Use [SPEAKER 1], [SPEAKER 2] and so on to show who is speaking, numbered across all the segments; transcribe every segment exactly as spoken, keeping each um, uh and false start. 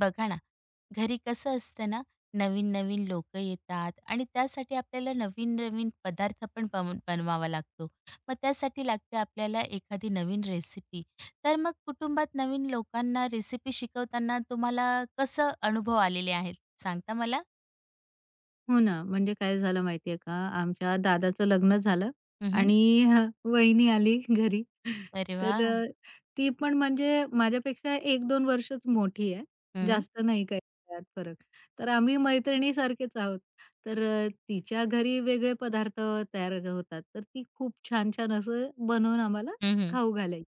[SPEAKER 1] बघा ना, घरी कसं असतं ना, नवीन-नवीन लोकं येतात आणि त्यासाठी आपल्याला नवीन-नवीन पदार्थ पण बनवून बनवावा लागतो. मग त्यासाठी लागते आपल्याला एखादी नवीन रेसिपी. तर मग कुटुंबात नवीन लोकांना रेसिपी शिकवताना तुम्हाला कसं अनुभव आलेले आहेत, सांगता मला?
[SPEAKER 2] हो ना, म्हणजे काय झालं माहिती का, आमच्या दादाचं लग्न झालं
[SPEAKER 1] हं.
[SPEAKER 2] आणि हं, वहिनी आली घरी.
[SPEAKER 1] अरे
[SPEAKER 2] तर
[SPEAKER 1] वाह!
[SPEAKER 2] अ, ती पण म्हणजे माझ्यापेक्षा एक दोन वर्षच मोठी आहे.
[SPEAKER 1] हं,
[SPEAKER 2] जास्त नाही काही त्यात फरक. तर आम्ही मैत्रिणीसारखेच आहोत. तर अ, तिच्या घरी वेगळे पदार्थ तयार होतात. तर ती खूप छान-छान असं बनवून आम्हाला
[SPEAKER 1] हं.
[SPEAKER 2] खाऊ घालायची.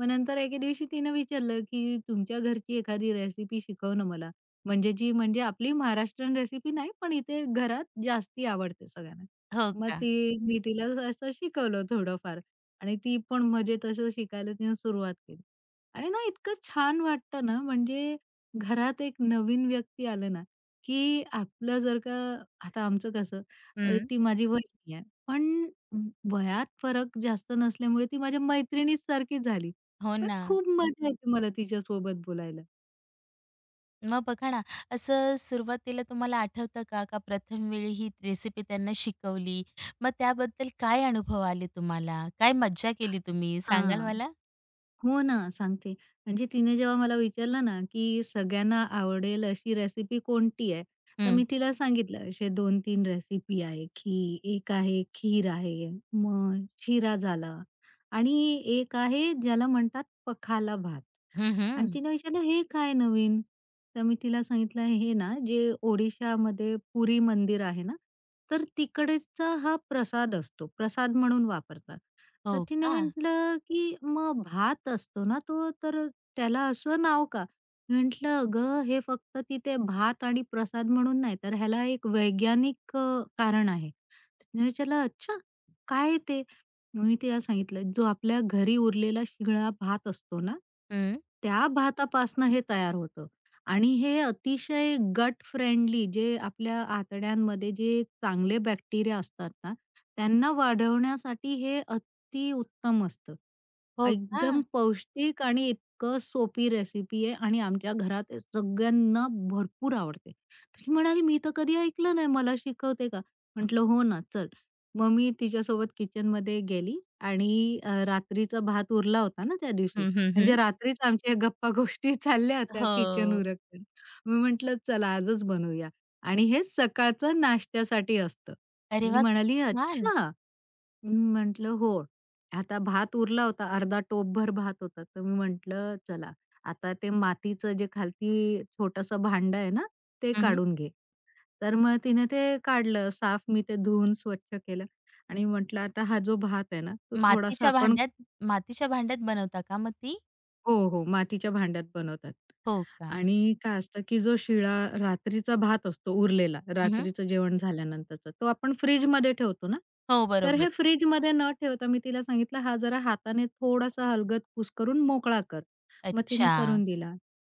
[SPEAKER 2] मग नंतर एके दिवशी तिनं विचारलं, की "तुमच्या घरची एखादी रेसिपी शिकव ना मला." म्हणजे जी म्हणजे आपली महाराष्ट्रीयन रेसिपी नाही, पण इथे घरात जास्ती आवडते सगळ्यांना.
[SPEAKER 1] हो
[SPEAKER 2] मग
[SPEAKER 1] का?
[SPEAKER 2] ती मी तिला असं शिकवलं थोडंफार आणि ती पण म्हणजे तसं शिकायला तिने सुरुवात केली. आणि ना इतकं छान वाटतं ना, म्हणजे घरात एक नवीन व्यक्ती आलं ना, की आपलं जर का आता आमचं कसं अ,
[SPEAKER 1] हं.
[SPEAKER 2] ती माझी वहिनी आहे, पण वयात फरक जास्त नसल्यामुळे ती माझ्या मैत्रिणीच सारखी झाली.
[SPEAKER 1] हो
[SPEAKER 2] तर
[SPEAKER 1] ना.
[SPEAKER 2] खूप मजा येते मला तिच्यासोबत बोलायला.
[SPEAKER 1] मग बघा ना, असं सुरुवातीला तुम्हाला आठवतं का, का प्रथम वेळी ही रेसिपी त्यांना शिकवली? मग त्याबद्दल काय अनुभव आले तुम्हाला? काय मज्जा केली तुम्ही? सांगाल
[SPEAKER 2] हां.
[SPEAKER 1] मला?
[SPEAKER 2] हो ना, सांगते. म्हणजे तिने जेव्हा मला विचारलं ना, की सगळ्यांना आवडेल अशी रेसिपी कोणती आहे? तर
[SPEAKER 1] हं.
[SPEAKER 2] मी तिला सांगितलं असे दोन-तीन रेसिपी आहे, की एक आहे खीर आहे, मग शिरा झाला आणि एक आहे ज्याला म्हणतात पखाला भात.
[SPEAKER 1] हं,
[SPEAKER 2] आणि
[SPEAKER 1] हं.
[SPEAKER 2] तिने विचारलं, "हे काय नवीन?" तर मी तिला सांगितलं, "हे ना, जे ओडिशामध्ये पुरी मंदिर आहे ना, तर तिकडचा हा प्रसाद असतो. प्रसाद म्हणून वापरतात." तर
[SPEAKER 1] हो
[SPEAKER 2] तिने
[SPEAKER 1] का?
[SPEAKER 2] म्हटलं, की "मग भात असतो ना तो, तर त्याला असं नाव का?" मी म्हटलं, "अगं, हे फक्त तिथे भात आणि प्रसाद म्हणून नाही, तर ह्याला एक वैज्ञानिक अ, कारण आहे." तर तिने विचारलं, "अच्छा, काय ते?" मग मी तिला सांगितलं, "जो आपल्या घरी उरलेला शिळा भात असतो ना,
[SPEAKER 1] हं.
[SPEAKER 2] त्या भातापासनं हे तयार होतं आणि हे अतिशय गट फ्रेंडली जे आपल्या आतड्यांमध्ये जे चांगले बॅक्टेरिया असतात ना, त्यांना वाढवण्यासाठी हे किती उत्तम असतं.
[SPEAKER 1] हो का?
[SPEAKER 2] एकदम पौष्टिक आणि इतकं सोपी रेसिपी आहे आणि आमच्या घरात सगळ्यांना भरपूर आवडते. तर ती म्हणाली, "मी तर कधी ऐकलं नाही, मला शिकवते का?" म्हटलं, "हो ना, चल." मग मी तिच्यासोबत किचनमध्ये गेली आणि अ, रात्रीचा भात उरला होता ना त्या दिवशी.
[SPEAKER 1] हं, हं, हं.
[SPEAKER 2] म्हणजे रात्रीच आमच्या गप्पा-गोष्टी चालल्या होत्या किचन
[SPEAKER 1] हो.
[SPEAKER 2] उरकून. मी म्हटलं, "चला आजच बनवूया." आणि हे सकाळचं नाश्त्यासाठी असतं.
[SPEAKER 1] अरे
[SPEAKER 2] तर
[SPEAKER 1] वाह!
[SPEAKER 2] म्हणाली,
[SPEAKER 1] छान.
[SPEAKER 2] "अच्छा." मी म्हटलं, "हो." आता भात उरला होता, अर्धा टोपभर भात होता. तर मी म्हटलं, "चला, आता ते मातीचं जे खालती छोटंसं भांडं आहे ना, ते
[SPEAKER 1] हं, हं.
[SPEAKER 2] काढून घे." तर मग तिने ते काढलं साफ. मी ते धुवून स्वच्छ केलं आणि म्हटलं, "आता हा जो भात आहे ना, तो थोडासा
[SPEAKER 1] मातीच्या
[SPEAKER 2] आपण".
[SPEAKER 1] भांड्यात मातीच्या भांड्यात बनवता का मग ती?
[SPEAKER 2] हो, हो. मातीच्या भांड्यात बनवतात.
[SPEAKER 1] हो का?
[SPEAKER 2] आणि काय असतं, की जो शिळा रात्रीचा भात असतो उरलेला,
[SPEAKER 1] हं, हं.
[SPEAKER 2] रात्रीचं जेवण झाल्यानंतरचा, तो आपण फ्रिजमध्ये ठेवतो ना,
[SPEAKER 1] हो,
[SPEAKER 2] तर
[SPEAKER 1] बरोबर.
[SPEAKER 2] हे फ्रिजमध्ये न ठेवता मी तिला सांगितलं, "हा जरा हाताने थोडासा हलगर्जीपणा करून मोकळा कर." मग तिने
[SPEAKER 1] अच्छा.
[SPEAKER 2] करून दिला.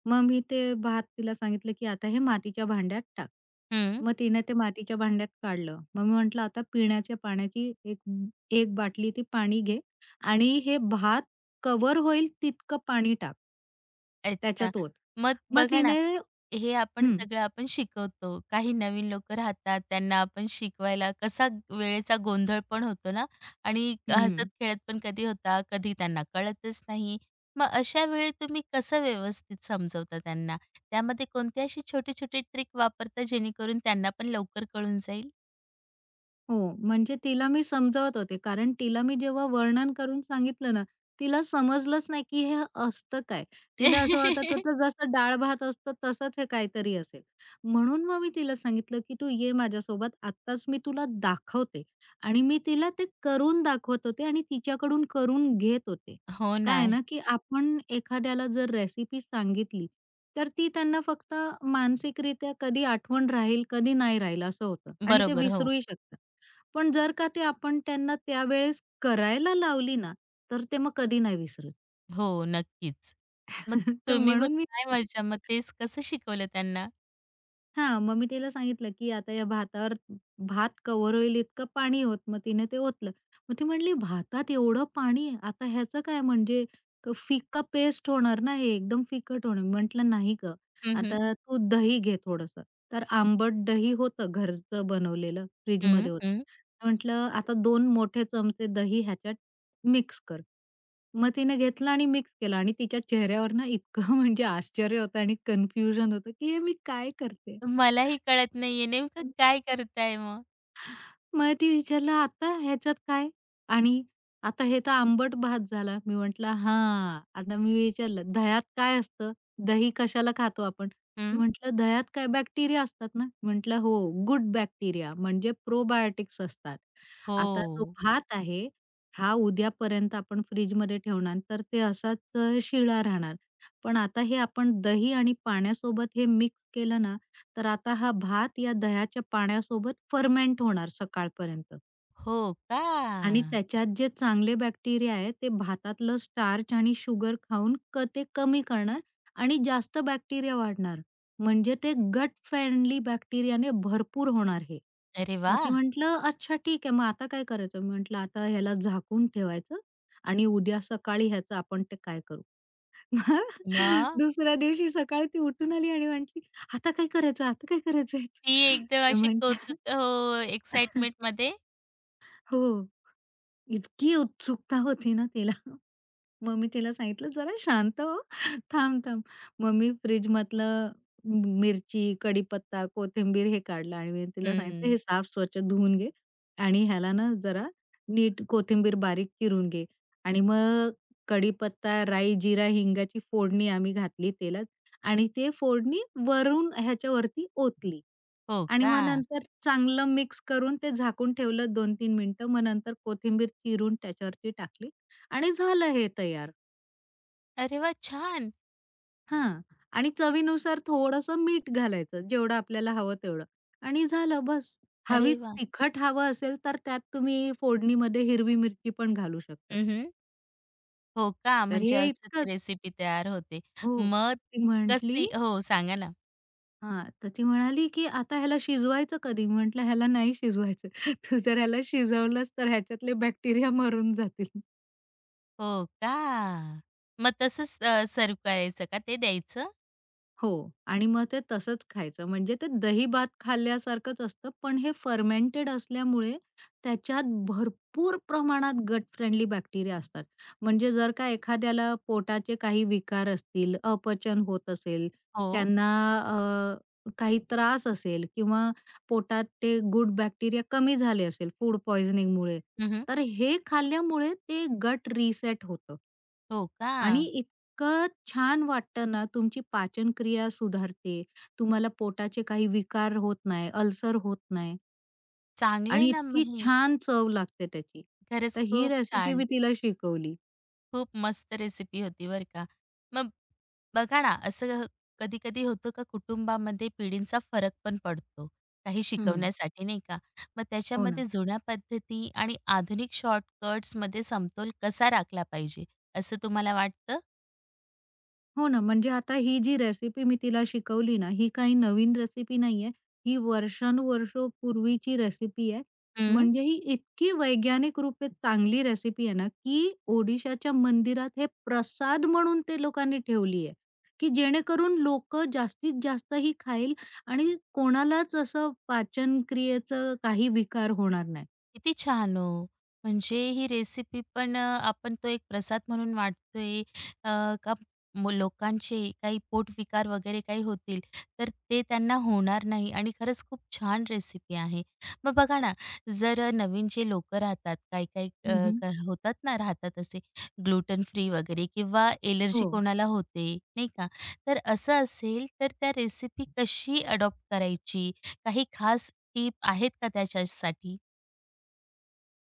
[SPEAKER 2] मग मी ते भात तिला सांगितलं, की "आता हे मातीच्या भांड्यात टाक."
[SPEAKER 1] हं.
[SPEAKER 2] मग तिने ते मातीच्या भांड्यात काढलं. मग मी म्हटलं, "आता पिण्याच्या पाण्याची एक एक बाटली ती पाणी घे आणि हे भात कव्हर होईल तितकं पाणी टाक
[SPEAKER 1] अच्छा.
[SPEAKER 2] त्याच्यात ओत.
[SPEAKER 1] मग
[SPEAKER 2] मग
[SPEAKER 1] बघा ना,
[SPEAKER 2] तिने
[SPEAKER 1] हे आपण
[SPEAKER 2] हं,
[SPEAKER 1] सगळं आपण शिकवतो. काही नवीन लोकं राहतात, त्यांना आपण शिकवायला कसा वेळेचा गोंधळ पण होतो ना आणि
[SPEAKER 2] हं.
[SPEAKER 1] हसत-खेळत पण कधी होता, कधी त्यांना कळतच नाही. मग अशा वेळी तुम्ही कसं व्यवस्थित समजवता त्यांना? त्यामध्ये कोणते असे छोटे-छोटे ट्रिक वापरता जेणेकरून त्यांना पण लवकर कळून जाईल?
[SPEAKER 2] हो, म्हणजे तिला मी समजावत होते. कारण तिला मी जेव्हा वर्णन करून सांगितलं ना, तिला समजलंच नाही की हे असतं काय? तिला असं वाटत होतं जसं डाळ-भात असतं तसंच हे काहीतरी असेल. म्हणून मग मी तिला सांगितलं की "तू ये माझ्यासोबत आत्ताच मी तुला दाखवते." आणि मी तिला ते करून दाखवत होते आणि तिच्याकडून करून घेत होते.
[SPEAKER 1] हो
[SPEAKER 2] काय
[SPEAKER 1] ना.
[SPEAKER 2] आहे ना, की आपण एखाद्याला जर रेसिपी सांगितली, तर ती त्यांना फक्त मानसिकरित्या कधी आठवण राहील, कधी नाही राहील असं होतं आणि ते
[SPEAKER 1] बरोबर. हो.
[SPEAKER 2] विसरूही शकतात. पण जर का ते आपण त्यांना त्यावेळेस करायला लावली ना, तर ते मग कधी नाही विसरत.
[SPEAKER 1] हो, नक्कीच. मग
[SPEAKER 2] तर
[SPEAKER 1] तुम्ही मग
[SPEAKER 2] म्हणून मी
[SPEAKER 1] काय मजा मग तेच कसं शिकवलं त्यांना?
[SPEAKER 2] हां, मग मी तिला सांगितलं, की आता या भातावर भात कव्हर होईल इतकं पाणी होत. मग तिने ते ओतलं. मग ती म्हणाली, "भातात एवढं पाणी आहे? आता ह्याचं काय म्हणजे क फिका पेस्ट होणार ना हे, एकदम फिकट होणार." म्हटलं, "नाही गं,
[SPEAKER 1] हं, हं.
[SPEAKER 2] आता तू दही घे थोडंसं." तर आंबट दही होतं घरचं बनवलेलं,
[SPEAKER 1] हं,
[SPEAKER 2] फ्रिजमध्ये होतं.
[SPEAKER 1] हं.
[SPEAKER 2] म्हटलं, "आता दोन मोठे चमचे दही ह्याच्यात मिक्स कर. मग तिने घेतलं आणि मिक्स केलं आणि तिच्या चेहऱ्यावर ना इतकं म्हणजे आश्चर्य होतं आणि कन्फ्युजन होतं, की हे मी काय करते?
[SPEAKER 1] मलाही कळत नाहीये नेमकं काय करताय मग?
[SPEAKER 2] मग ती विचारलं, "आता ह्याच्यात काय?" आणि आता हे तर आंबट भात झाला. मी म्हटलं, "हां." आता मी विचारलं, "दह्यात काय असतं? दही कशाला खातो आपण?" ती
[SPEAKER 1] हं.
[SPEAKER 2] म्हटलं, "दह्यात काय बॅक्टेरिया असतात ना?" म्हटलं, "हो, गुड बॅक्टेरिया म्हणजे प्रोबायोटिक्स असतात. आता जो
[SPEAKER 1] हो.
[SPEAKER 2] भात आहे, हा उद्यापर्यंत आपण फ्रिजमध्ये ठेवणार तर ते असाच अ, शिळा राहणार. पण आता हे आपण दही आणि पाण्यासोबत हे मिक्स केलं ना, तर आता हा भात या दह्याच्या पाण्यासोबत फर्मेंट होणार सकाळपर्यंत
[SPEAKER 1] हो का?
[SPEAKER 2] आणि त्याच्यात जे चांगले बॅक्टेरिया आहे ते भातातलं स्टार्च आणि शुगर खाऊन क ते कमी करणार आणि जास्त बॅक्टेरिया वाढणार. म्हणजे ते गट फ्रेंडली बॅक्टेरियाने भरपूर होणार हे.
[SPEAKER 1] अरे
[SPEAKER 2] मग ती
[SPEAKER 1] वाह!
[SPEAKER 2] म्हटलं, "अच्छा ठीक आहे, मग आता काय करायचं?" म्हटलं, "आता ह्याला झाकून ठेवायचं आणि उद्या सकाळी ह्याचं आपण ते काय करू." मग
[SPEAKER 1] मग?
[SPEAKER 2] दुसऱ्या दिवशी सकाळी ती उठून आली आणि म्हटली, "आता काय करायचं? आता काय करायचंय?"
[SPEAKER 1] ती एकदम
[SPEAKER 2] मी
[SPEAKER 1] अशी
[SPEAKER 2] म्हटलं
[SPEAKER 1] कौतुक हो, एक्साइटमेंटमध्ये?
[SPEAKER 2] हो, इतकी उत्सुकता होती ना तिला. मग मी तिला सांगितलं, "जरा शांत हो. थांब, थांब." मग मी फ्रिजमधलं मिरची, कढीपत्ता, कोथिंबीर हे काढलं आणि मी तिला सांगितलं,
[SPEAKER 1] हं.
[SPEAKER 2] "हे साफ स्वच्छ धुवून घे आणि ह्याला ना जरा नीट कोथिंबीर बारीक चिरून घे आणि मग कढीपत्ता, राई, जिरा, हिंगाची फोडणी आम्ही घातली तेलात आणि ते फोडणी वरून ह्याच्यावरती ओतली
[SPEAKER 1] हो
[SPEAKER 2] आणि
[SPEAKER 1] का?
[SPEAKER 2] मग नंतर चांगलं मिक्स करून ते झाकून ठेवलं दोन-तीन मिनिटं. मग नंतर कोथिंबीर चिरून त्याच्यावरती टाकली आणि झालं हे तयार."
[SPEAKER 1] अरे वाह! छान.
[SPEAKER 2] हां. आणि चवीनुसार थोडंसं मीठ घालायचं, जेवढं आपल्याला हवं तेवढं आणि झालं बस. हवी
[SPEAKER 1] अरे वाह!
[SPEAKER 2] तिखट हवं असेल, तर त्यात तुम्ही फोडणीमध्ये हिरवी मिरची पण घालू शकतात.
[SPEAKER 1] हं, हं. हो का?
[SPEAKER 2] तर हे
[SPEAKER 1] म्हणजे असं ती
[SPEAKER 2] इतकंच
[SPEAKER 1] रेसिपी तयार होते.
[SPEAKER 2] हो.
[SPEAKER 1] मग
[SPEAKER 2] ती म्हटली
[SPEAKER 1] कशी हो, सांगा ना.
[SPEAKER 2] हां, तर ती म्हणाली, की "आता ह्याला शिजवायचं कधी?" म्हटलं, "ह्याला नाही शिजवायचं. तू जर ह्याला शिजवलंस, तर ह्याच्यातले बॅक्टेरिया मरून जातील."
[SPEAKER 1] हो का? मग तसंच अ, सर्व्ह करायचं का ते द्यायचं?
[SPEAKER 2] हो आणि मग ते तसंच खायचं. म्हणजे ते दही-भात खाल्ल्यासारखंच असतं, पण हे फर्मेंटेड असल्यामुळे त्याच्यात भरपूर प्रमाणात गट फ्रेंडली बॅक्टेरिया असतात. म्हणजे जर का एखाद्याला पोटाचे काही विकार असतील, अपचन होत असेल,
[SPEAKER 1] हो.
[SPEAKER 2] त्यांना अ, काही त्रास असेल किंवा पोटात ते गुड बॅक्टेरिया कमी झाले असेल फूड पॉइझनिंगमुळे,
[SPEAKER 1] हं, हं.
[SPEAKER 2] तर हे खाल्ल्यामुळे ते गट रिसेट होतं.
[SPEAKER 1] हो का?
[SPEAKER 2] आणि इतकं छान वाटतं ना, तुमची पाचनक्रिया सुधारते. तुम्हाला पोटाचे काही विकार होत नाही, अल्सर होत नाही
[SPEAKER 1] चांगलं आहे
[SPEAKER 2] आणि
[SPEAKER 1] ना मग
[SPEAKER 2] इतकी
[SPEAKER 1] हे.
[SPEAKER 2] छान चव लागते त्याची.
[SPEAKER 1] खरंच
[SPEAKER 2] तर ही
[SPEAKER 1] खूप
[SPEAKER 2] रेसिपी
[SPEAKER 1] छान.
[SPEAKER 2] मी तिला शिकवली.
[SPEAKER 1] खूप मस्त रेसिपी होती बरं का. मग बघा ना, असं कधी-कधी होतं का कुटुंबामध्ये पिढींचा फरक पण पडतो, काही
[SPEAKER 2] हं.
[SPEAKER 1] शिकवण्यासाठी नाही का? मग
[SPEAKER 2] हो ना.
[SPEAKER 1] त्याच्यामध्ये जुन्या पद्धती आणि आधुनिक शॉर्टकट्समध्ये समतोल कसा राखला पाहिजे, असं तुम्हाला वाटतं?
[SPEAKER 2] हो ना, म्हणजे आता ही जी रेसिपी मी तिला शिकवली ना, ही काही नवीन रेसिपी नाहीये. ही वर्षानुवर्षं पूर्वीची रेसिपी आहे. म्हणजे ही इतकी वैज्ञानिक रूपे चांगली रेसिपी आहे ना, की ओडिशाच्या मंदिरात हे प्रसाद म्हणून ते लोकांनी ठेवली आहे, की जेणेकरून लोकं जास्तीत जास्त ही खाईल आणि कोणालाच असं पाचन क्रियेचं काही विकार होणार नाही.
[SPEAKER 1] किती छान हो! म्हणजे ही रेसिपी पण अ, आपण तो एक प्रसाद म्हणून वाटतोय अ, का मग लोकांचे काही पोटविकार वगैरे काही होतील, तर ते त्यांना होणार नाही आणि खरंच खूप छान रेसिपी आहे. मग बघा ना, जर नवीन जे लोकं राहतात, काही-काही अ,
[SPEAKER 2] हं,
[SPEAKER 1] क होतात ना, राहतात असे ग्लूटन फ्री वगैरे किंवा एलर्जी
[SPEAKER 2] हो.
[SPEAKER 1] कोणाला होते, नाही का? तर असं असेल, तर त्या रेसिपी कशी अडॉप्ट करायची? काही खास टिप आहेत का त्याच्यासाठी?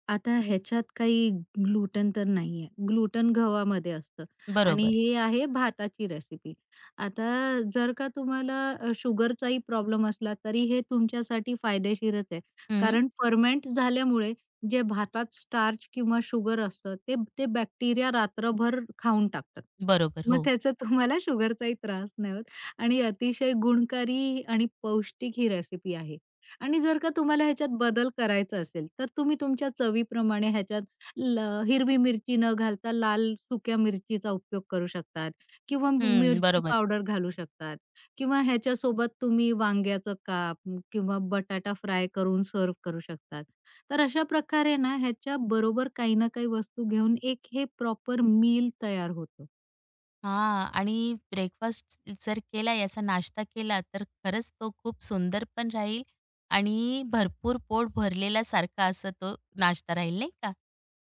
[SPEAKER 2] आता ह्याच्यात काही ग्लूटन तर नाहीये. ग्लूटन गव्हामध्ये असतं आणि
[SPEAKER 1] बरोबर.
[SPEAKER 2] हे आहे भाताची रेसिपी. आता जर का तुम्हाला अ, शुगरचाही प्रॉब्लेम असला तरी हे तुमच्यासाठी फायदेशीरच आहे.
[SPEAKER 1] हं.
[SPEAKER 2] कारण फर्मेंट झाल्यामुळे जे भातात स्टार्च किंवा शुगर असतं ते ते बॅक्टेरिया रात्रभर खाऊन टाकतात.
[SPEAKER 1] बरोबर,
[SPEAKER 2] मग
[SPEAKER 1] हो.
[SPEAKER 2] त्याचा तुम्हाला शुगरचाही त्रास नाही होत आणि अतिशय गुणकारी आणि पौष्टिक ही रेसिपी आहे. आणि जर का तुम्हाला ह्याच्यात बदल करायचा असेल, तर तुम्ही तुमच्या चवीप्रमाणे ह्याच्यात ल हिरवी मिरची न घालता लाल सुक्या मिरचीचा उपयोग करू शकतात किंवा
[SPEAKER 1] हं,
[SPEAKER 2] मिरची
[SPEAKER 1] बरोबर.
[SPEAKER 2] पावडर घालू शकतात किंवा ह्याच्यासोबत तुम्ही वांग्याचं काप म, किंवा बटाटा फ्राय करून सर्व्ह करू शकतात. तर अशा प्रकारे ना ह्याच्याबरोबर काही ना काही वस्तू घेऊन एक हे प्रॉपर मील तयार होतं.
[SPEAKER 1] हां. आणि ब्रेकफास्ट जर केला, याचा नाश्ता केला, तर खरंच तो खूप सुंदर पण राहील आणि भरपूर पोट भरलेल्यासारखा असा तो नाश्ता राहील, नाही का?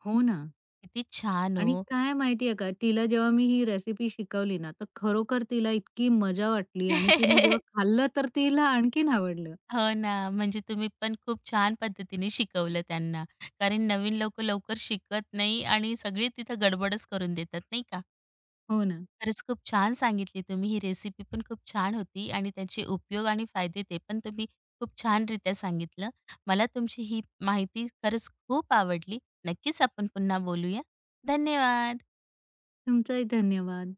[SPEAKER 2] हो ना.
[SPEAKER 1] किती छान हो.
[SPEAKER 2] आणि काय माहितीये का, तिला जेव्हा मी ही रेसिपी शिकवली ना, तर खरोखर तिला इतकी मजा वाटली आणि तिने जेव्हा खाल्लं, तर तिला आणखीन आवडलं.
[SPEAKER 1] हो ना. म्हणजे तुम्ही पण खूप छान पद्धतीने शिकवलं त्यांना. कारण नवीन लोकं लवकर शिकत नाही आणि सगळी तिथं गडबडच करून देतात, नाही का?
[SPEAKER 2] हो ना.
[SPEAKER 1] खरंच खूप छान सांगितली तुम्ही. ही रेसिपी पण खूप छान होती आणि त्याचे उपयोग आणि फायदे ते पण तुम्ही खूप छानरित्या सांगितलं. मला तुमची ही माहिती खरंच खूप आवडली. नक्कीच आपण पुन्हा बोलूया. धन्यवाद.
[SPEAKER 2] तुमचाही धन्यवाद.